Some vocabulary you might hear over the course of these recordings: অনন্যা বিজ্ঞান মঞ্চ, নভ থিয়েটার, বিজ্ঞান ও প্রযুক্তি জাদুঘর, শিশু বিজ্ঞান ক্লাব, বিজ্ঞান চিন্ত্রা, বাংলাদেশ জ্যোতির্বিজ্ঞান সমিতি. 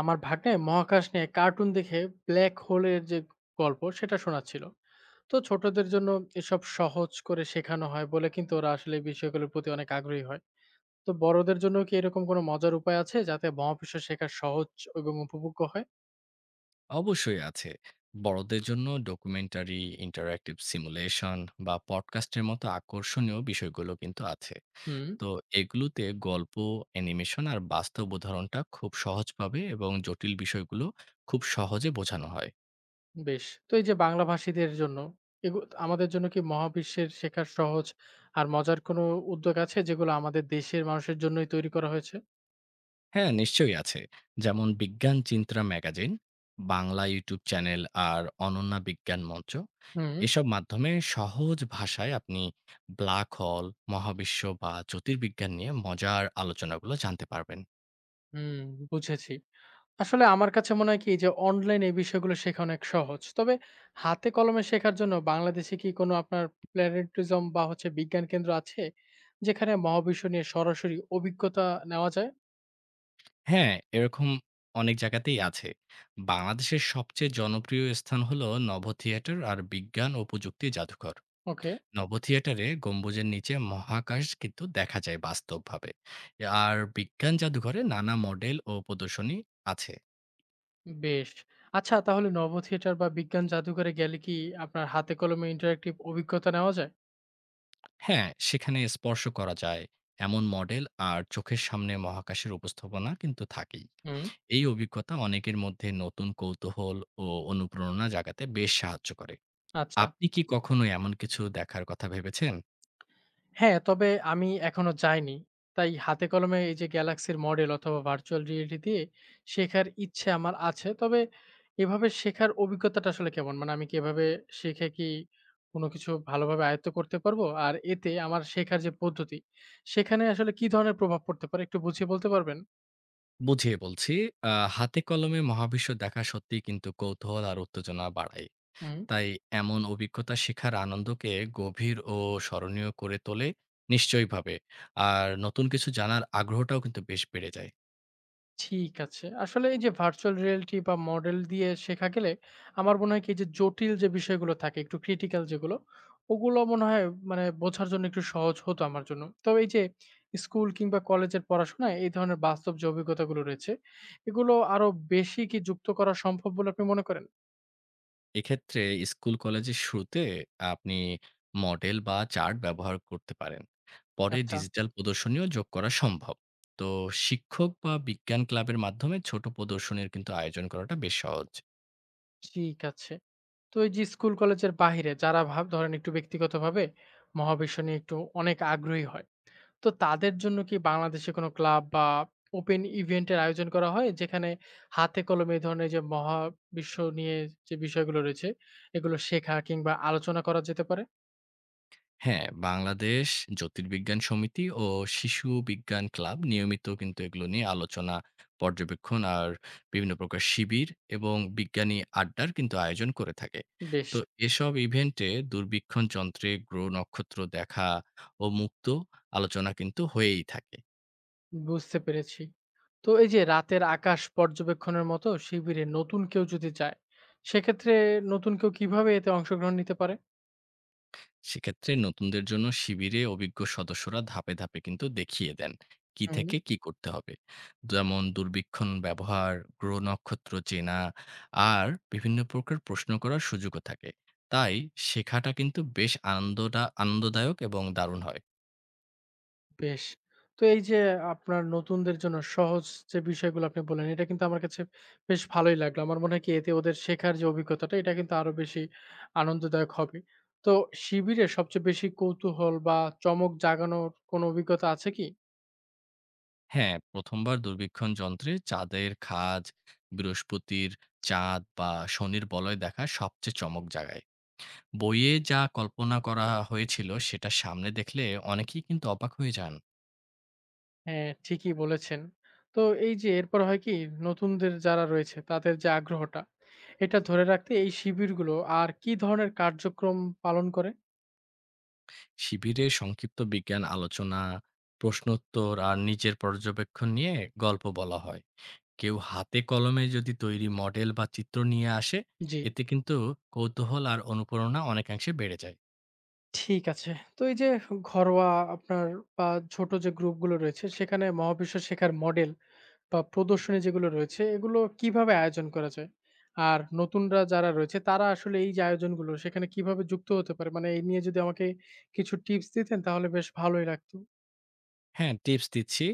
আমার ভাগ্নে মহাকাশ নিয়ে কার্টুন দেখে ব্ল্যাক হোলের যে গল্প সেটা শোনাচ্ছিল তো ছোটদের জন্য এসব সহজ করে শেখানো হয় বলে কিন্তু ওরা আসলে এই বিষয়গুলোর প্রতি অনেক আগ্রহী হয় তো বড়দের জন্য কি এরকম কোনো মজার উপায় আছে যাতে মহাবিশ্ব শেখা সহজ এবং উপভোগ্য হয়? অবশ্যই আছে। বড়দের জন্য ডকুমেন্টারি, ইন্টারেক্টিভ সিমুলেশন বা পডকাস্টের মতো আকর্ষণীয় বিষয়গুলো কিন্তু আছে। হুম। তো এগুলোতে গল্প, অ্যানিমেশন আর বাস্তব উদাহরণটা খুব সহজভাবে এবং জটিল বিষয়গুলো খুব সহজে বোঝানো হয়। বেশ, তো এই যে বাংলা ভাষীদের জন্য আমাদের জন্য কি মহাবিশ্বের শেখার সহজ আর মজার কোনো উদ্যোগ আছে যেগুলো আমাদের দেশের মানুষের জন্যই তৈরি করা হয়েছে? হ্যাঁ, নিশ্চয়ই আছে। যেমন বিজ্ঞান চিন্ত্রা ম্যাগাজিন, বাংলা ইউটিউব চ্যানেল আর অনন্যা বিজ্ঞান মঞ্চ। হুম এসব মাধ্যমে সহজ ভাষায় আপনি ব্ল্যাক হোল, মহাবিশ্ব বা জ্যোতির্বিজ্ঞান নিয়ে মজার আলোচনাগুলো জানতে পারবেন। হুম বুঝেছি। আসলে আমার কাছে মনে হয় কি যে অনলাইন এই বিষয়গুলো শেখা অনেক সহজ। তবে হাতে কলমে শেখার জন্য বাংলাদেশে কি কোনো আপনার প্ল্যানেটেরিজম বা হচ্ছে বিজ্ঞান কেন্দ্র আছে? যেখানে মহাবিশ্ব নিয়ে সরাসরি অভিজ্ঞতা নেওয়া যায়? হ্যাঁ, এরকম অনেক জায়গাতেই আছে। বাংলাদেশের সবচেয়ে জনপ্রিয় স্থান হলো নভ থিয়েটার আর বিজ্ঞান ও প্রযুক্তি জাদুঘর। ওকে, নব থিয়েটারে গম্বুজের নিচে মহাকাশ কিন্তু দেখা যায় বাস্তবভাবে আর বিজ্ঞান জাদুঘরে নানা মডেল ও প্রদর্শনী আছে। বেশ। আচ্ছা, তাহলে নভ থিয়েটার বা বিজ্ঞান জাদুঘরে গেলে কি আপনার হাতে কলমে ইন্টারেক্টিভ অভিজ্ঞতা নেওয়া যায়? হ্যাঁ সেখানে স্পর্শ করা যায় এমন মডেল আর চোখের সামনে মহাকাশের উপস্থাপনা কিন্তু থাকেই। হুম, এই অভিজ্ঞতা অনেকের মধ্যে নতুন কৌতূহল ও অনুপ্রেরণা জাগাতে বেশ সাহায্য করে। আচ্ছা। আপনি কি কখনো এমন কিছু দেখার কথা ভেবেছেন? হ্যাঁ, তবে আমি এখনো যাইনি। তাই হাতে কলমে এই যে গ্যালাক্সির মডেল অথবা ভার্চুয়াল রিয়েলিটি দিয়ে শেখার ইচ্ছে আমার আছে। তবে এভাবে শেখার অভিজ্ঞতাটা আসলে কেমন? মানে আমি কি এভাবে শিখে কি কোনো কিছু ভালোভাবে আয়ত্ত করতে পারবো? আর এতে আমার শেখার যে পদ্ধতি, সেখানে আসলে কি ধরনের প্রভাব পড়তে পারে একটু বুঝিয়ে বলতে পারবেন? বুঝিয়ে বলছি। হাতে কলমে মহাবিশ্ব দেখা সত্যিই কিন্তু কৌতূহল আর উত্তেজনা বাড়ায়। হু। তাই এমন অভিজ্ঞতা শেখার আনন্দকে গভীর ও স্মরণীয় করে তোলে নিশ্চয়ইভাবে। আর নতুন কিছু জানার আগ্রহটাও কিন্তু বেশ বেড়ে যায়। ঠিক আছে। আসলে এই যে ভার্চুয়াল রিয়ালিটি বা মডেল দিয়ে শেখা গেলে আমার মনে হয় কি যে জটিল যে বিষয়গুলো থাকে একটু ক্রিটিক্যাল যেগুলো, ওগুলো মনে হয় মানে বোঝার জন্য একটু সহজ হতো আমার জন্য। তবে এই যে স্কুল কিংবা কলেজের পড়াশোনায় এই ধরনের বাস্তব যে অভিজ্ঞতাগুলো রয়েছে, এগুলো আরো বেশি কি যুক্ত করা সম্ভব বলে আপনি মনে করেন? এক্ষেত্রে স্কুল কলেজের শুরুতে আপনি মডেল বা চার্ট ব্যবহার করতে পারেন। পরে আচ্ছা, ডিজিটাল প্রদর্শনীও যোগ করা সম্ভব। তো শিক্ষক বা বিজ্ঞান ক্লাবের মাধ্যমে ছোট প্রদর্শনীর কিন্তু আয়োজন করাটা বেশ সহজ। ঠিক আছে। তো এই যে স্কুল কলেজের বাহিরে যারা ভাব ধরেন একটু ব্যক্তিগতভাবে মহাবিশ্ব নিয়ে একটু অনেক আগ্রহী হয় তো তাদের জন্য কি বাংলাদেশে কোনো ক্লাব বা ওপেন ইভেন্টের আয়োজন করা হয়? যেখানে হাতে কলমে এ ধরনের যে মহাবিশ্ব নিয়ে যে বিষয়গুলো রয়েছে, এগুলো শেখা কিংবা আলোচনা করা যেতে পারে? হ্যাঁ, বাংলাদেশ জ্যোতির্বিজ্ঞান সমিতি ও শিশু বিজ্ঞান ক্লাব নিয়মিত কিন্তু এগুলো নিয়ে আলোচনা, পর্যবেক্ষণ আর বিভিন্ন প্রকার শিবির এবং বিজ্ঞানী আড্ডার কিন্তু আয়োজন করে থাকে। বেশ। তো এসব ইভেন্টে দূরবীক্ষণ যন্ত্রে গ্রহ নক্ষত্র দেখা ও মুক্ত আলোচনা কিন্তু হয়েই থাকে। বুঝতে পেরেছি। তো এই যে রাতের আকাশ পর্যবেক্ষণের মতো শিবিরে নতুন কেউ যদি যায়, সেক্ষেত্রে নতুন কেউ কিভাবে এতে অংশগ্রহণ নিতে পারে? সেক্ষেত্রে নতুনদের জন্য শিবিরে অভিজ্ঞ সদস্যরা ধাপে ধাপে কিন্তু দেখিয়ে দেন কি হুম। থেকে কি করতে হবে। যেমন দুর্বীক্ষণ ব্যবহার, গ্রহ নক্ষত্র চেনা আর বিভিন্ন প্রকার প্রশ্ন করার সুযোগও থাকে। তাই শেখাটা কিন্তু বেশ আনন্দদায়ক এবং দারুণ হয়। বেশ। তো এই যে আপনার নতুনদের জন্য সহজ যে বিষয়গুলো আপনি বললেন, এটা কিন্তু আমার কাছে বেশ ভালোই লাগলো। আমার মনে হয় কি এতে ওদের শেখার যে অভিজ্ঞতাটা এটা কিন্তু আরো বেশি আনন্দদায়ক হবে। তো শিবিরে সবচেয়ে বেশি কৌতূহল বা চমক জাগানোর কোনো অভিজ্ঞতা আছে কি? হ্যাঁ, প্রথমবার দুর্বীক্ষণ যন্ত্রে চাঁদের খাজ, বৃহস্পতির চাঁদ বা শনির বলয় দেখা সবচেয়ে চমক জাগায়। বইয়ে যা কল্পনা করা হয়েছিল সেটা সামনে দেখলে অনেকেই কিন্তু অবাক হয়ে যান। হ্যাঁ, ঠিকই বলেছেন। তো এই যে এরপর হয় কি নতুনদের যারা রয়েছে তাদের যে আগ্রহটা, এটা ধরে রাখতে এই শিবিরগুলো আর কি ধরনের কার্যক্রম পালন করে? শিবিরে সংক্ষিপ্ত বিজ্ঞান আলোচনা, প্রশ্নোত্তর আর নিজের পর্যবেক্ষণ নিয়ে গল্প বলা হয়। কেউ হাতে কলমে যদি তৈরি মডেল বা চিত্র নিয়ে আসে, জি। এতে কিন্তু কৌতূহল আর অনুপ্রেরণা অনেকাংশে বেড়ে যায়। ঠিক আছে। তো এই যে ঘরোয়া আপনার বা ছোট যে গ্রুপগুলো রয়েছে সেখানে মহাবিশ্ব শেখার মডেল বা প্রদর্শনী যেগুলো রয়েছে এগুলো কিভাবে আয়োজন করা যায়? আর নতুনরা যারা রয়েছে তারা আসলে এই যে আয়োজনগুলো সেখানে কিভাবে যুক্ত হতে পারে? মানে এই নিয়ে যদি আমাকে কিছু টিপস দিতেন তাহলে বেশ ভালোই লাগতো। হ্যাঁ, টিপস দিচ্ছি।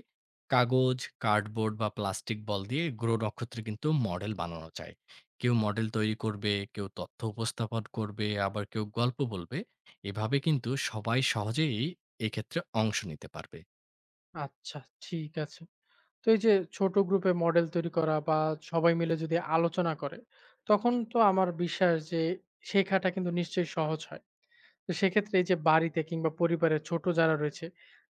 কাগজ, কার্ডবোর্ড বা প্লাস্টিক বল দিয়ে গ্রহ নক্ষত্রে কিন্তু মডেল বানানো যায়। কেউ মডেল তৈরি করবে, কেউ তথ্য উপস্থাপন করবে, আবার কেউ গল্প বলবে। এভাবে কিন্তু সবাই সহজেই এক্ষেত্রে অংশ নিতে পারবে। আচ্ছা, ঠিক আছে। তো এই যে ছোট গ্রুপে মডেল তৈরি করা বা সবাই মিলে যদি আলোচনা করে তখন তো আমার বিশ্বাস যে শেখাটা কিন্তু নিশ্চয়ই সহজ হয়। তো সেক্ষেত্রে এই যে বাড়িতে কিংবা পরিবারের ছোট যারা রয়েছে,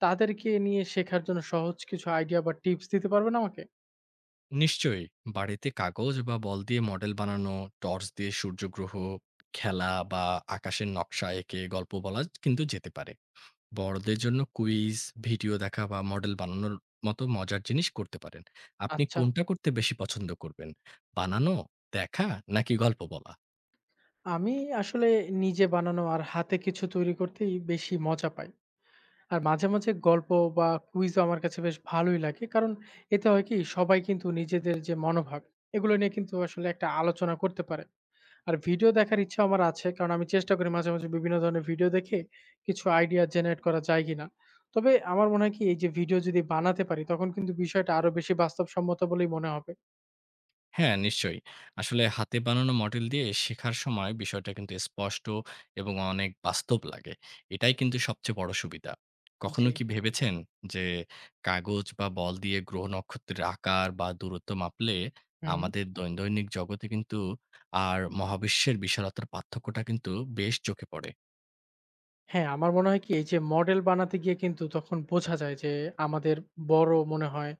তাদেরকে নিয়ে শেখার জন্য সহজ কিছু আইডিয়া বা টিপস দিতে পারবেন আমাকে? নিশ্চয়ই। বাড়িতে কাগজ বা বল দিয়ে মডেল বানানো, টর্চ দিয়ে সূর্যগ্রহ খেলা বা আকাশের নকশা এঁকে গল্প বলা কিন্তু যেতে পারে। বড়দের জন্য কুইজ, ভিডিও দেখা বা মডেল বানানোর মতো মজার জিনিস করতে পারেন। আপনি আচ্ছা। কোনটা করতে বেশি পছন্দ করবেন? বানানো, দেখা নাকি গল্প বলা? আমি আসলে নিজে বানানো আর হাতে কিছু তৈরি করতেই বেশি মজা পাই। আর মাঝে, মাঝে গল্প বা কুইজও আমার কাছে বেশ ভালোই লাগে। কারণ এতে হয় কি সবাই কিন্তু নিজেদের যে মনোভাব, এগুলো নিয়ে কিন্তু আসলে একটা আলোচনা করতে পারে। আর ভিডিও দেখার ইচ্ছা আমার আছে। কারণ আমি চেষ্টা করি মাঝে, মাঝে বিভিন্ন ধরনের ভিডিও দেখে কিছু আইডিয়া জেনারেট করা যায় কিনা। তবে আমার মনে হয় কি এই যে ভিডিও যদি বানাতে পারি তখন কিন্তু বিষয়টা আরো বেশি বাস্তবসম্মত বলেই মনে হবে। হ্যাঁ, নিশ্চয়ই। আসলে হাতে বানানো মডেল দিয়ে শেখার সময় বিষয়টা কিন্তু স্পষ্ট এবং অনেক বাস্তব লাগে। এটাই কিন্তু সবচেয়ে বড় সুবিধা। জি, কখনো কি ভেবেছেন যে কাগজ বা বল দিয়ে গ্রহ নক্ষত্রের আকার বা দূরত্ব মাপলে হুম। আমাদের দৈনন্দিন জগতে কিন্তু আর মহাবিশ্বের বিশালতার পার্থক্যটা কিন্তু বেশ চোখে পড়ে? হ্যাঁ, আমার মনে হয় কি এই যে মডেল বানাতে গিয়ে কিন্তু তখন বোঝা যায় যে আমাদের বড় মনে হয়।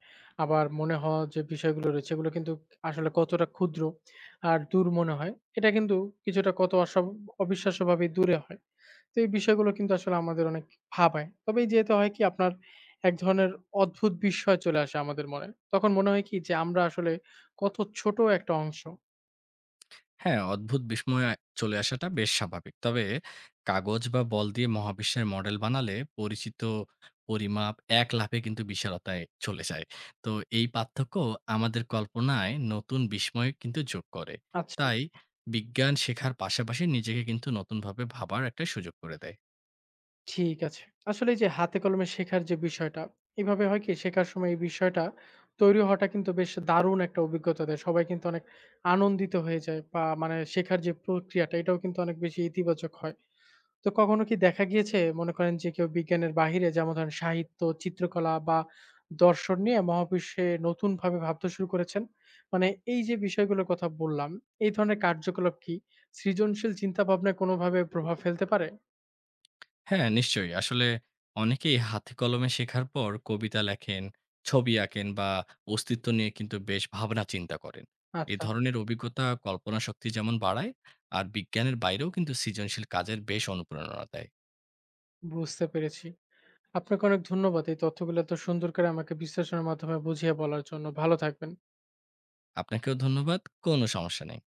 আবার মনে হওয়া যে বিষয়গুলো রয়েছে এগুলো কিন্তু আসলে কতটা ক্ষুদ্র আর দূর মনে হয়। এটা কিন্তু কিছুটা কত অসম অবিশ্বাস্যভাবেই দূরে হয়। তো এই বিষয়গুলো কিন্তু আসলে আমাদের অনেক ভাবায়। তবে এই যে এতে হয় কি আপনার এক ধরনের অদ্ভুত বিস্ময় চলে আসে আমাদের মনে। তখন মনে হয় কি যে আমরা আসলে কত ছোট একটা অংশ। হ্যাঁ, অদ্ভুত বিস্ময় চলে আসাটা বেশ স্বাভাবিক। তবে কাগজ বা বল দিয়ে মহাবিশ্বের মডেল বানালে পরিচিত পরিমাপ এক লাফে কিন্তু বিশালতায় চলে যায়। তো এই পার্থক্য আমাদের কল্পনায় নতুন বিস্ময় কিন্তু যোগ করে। আচ্ছা, তাই বিজ্ঞান শেখার পাশাপাশি নিজেকে কিন্তু নতুনভাবে ভাবার একটা সুযোগ করে দেয়। ঠিক আছে। আসলে এই যে হাতে কলমে শেখার যে বিষয়টা, এভাবে হয় কি শেখার সময় এই বিষয়টা তৈরি হওয়াটা কিন্তু বেশ দারুণ একটা অভিজ্ঞতা দেয়। সবাই কিন্তু অনেক আনন্দিত হয়ে যায় বা মানে শেখার যে প্রক্রিয়াটা এটাও কিন্তু অনেক বেশি ইতিবাচক হয়। তো কখনো কি দেখা গিয়েছে মনে করেন যে কেউ বিজ্ঞানের বাহিরে যেমন ধরেন সাহিত্য, চিত্রকলা বা দর্শন নিয়ে মহাবিশ্বে নতুনভাবে ভাবতে শুরু করেছেন? মানে এই যে বিষয়গুলোর কথা বললাম, এই ধরনের কার্যকলাপ কি সৃজনশীল চিন্তাভাবনায় কোনোভাবে প্রভাব ফেলতে পারে? হ্যাঁ, নিশ্চয়ই। আসলে অনেকেই হাতে কলমে শেখার পর কবিতা লেখেন, ছবি আঁকেন বা অস্তিত্ব নিয়ে কিন্তু বেশ ভাবনা চিন্তা করেন। এ আচ্ছা, ধরনের অভিজ্ঞতা কল্পনা শক্তি যেমন বাড়ায়, আর বিজ্ঞানের বাইরেও কিন্তু সৃজনশীল কাজের বেশ অনুপ্রেরণা দেয়। বুঝতে পেরেছি। আপনাকে অনেক ধন্যবাদ এই তথ্যগুলো এত সুন্দর করে আমাকে বিশ্লেষণের মাধ্যমে বুঝিয়ে বলার জন্য। ভালো থাকবেন। আপনাকেও ধন্যবাদ। কোনো সমস্যা নেই।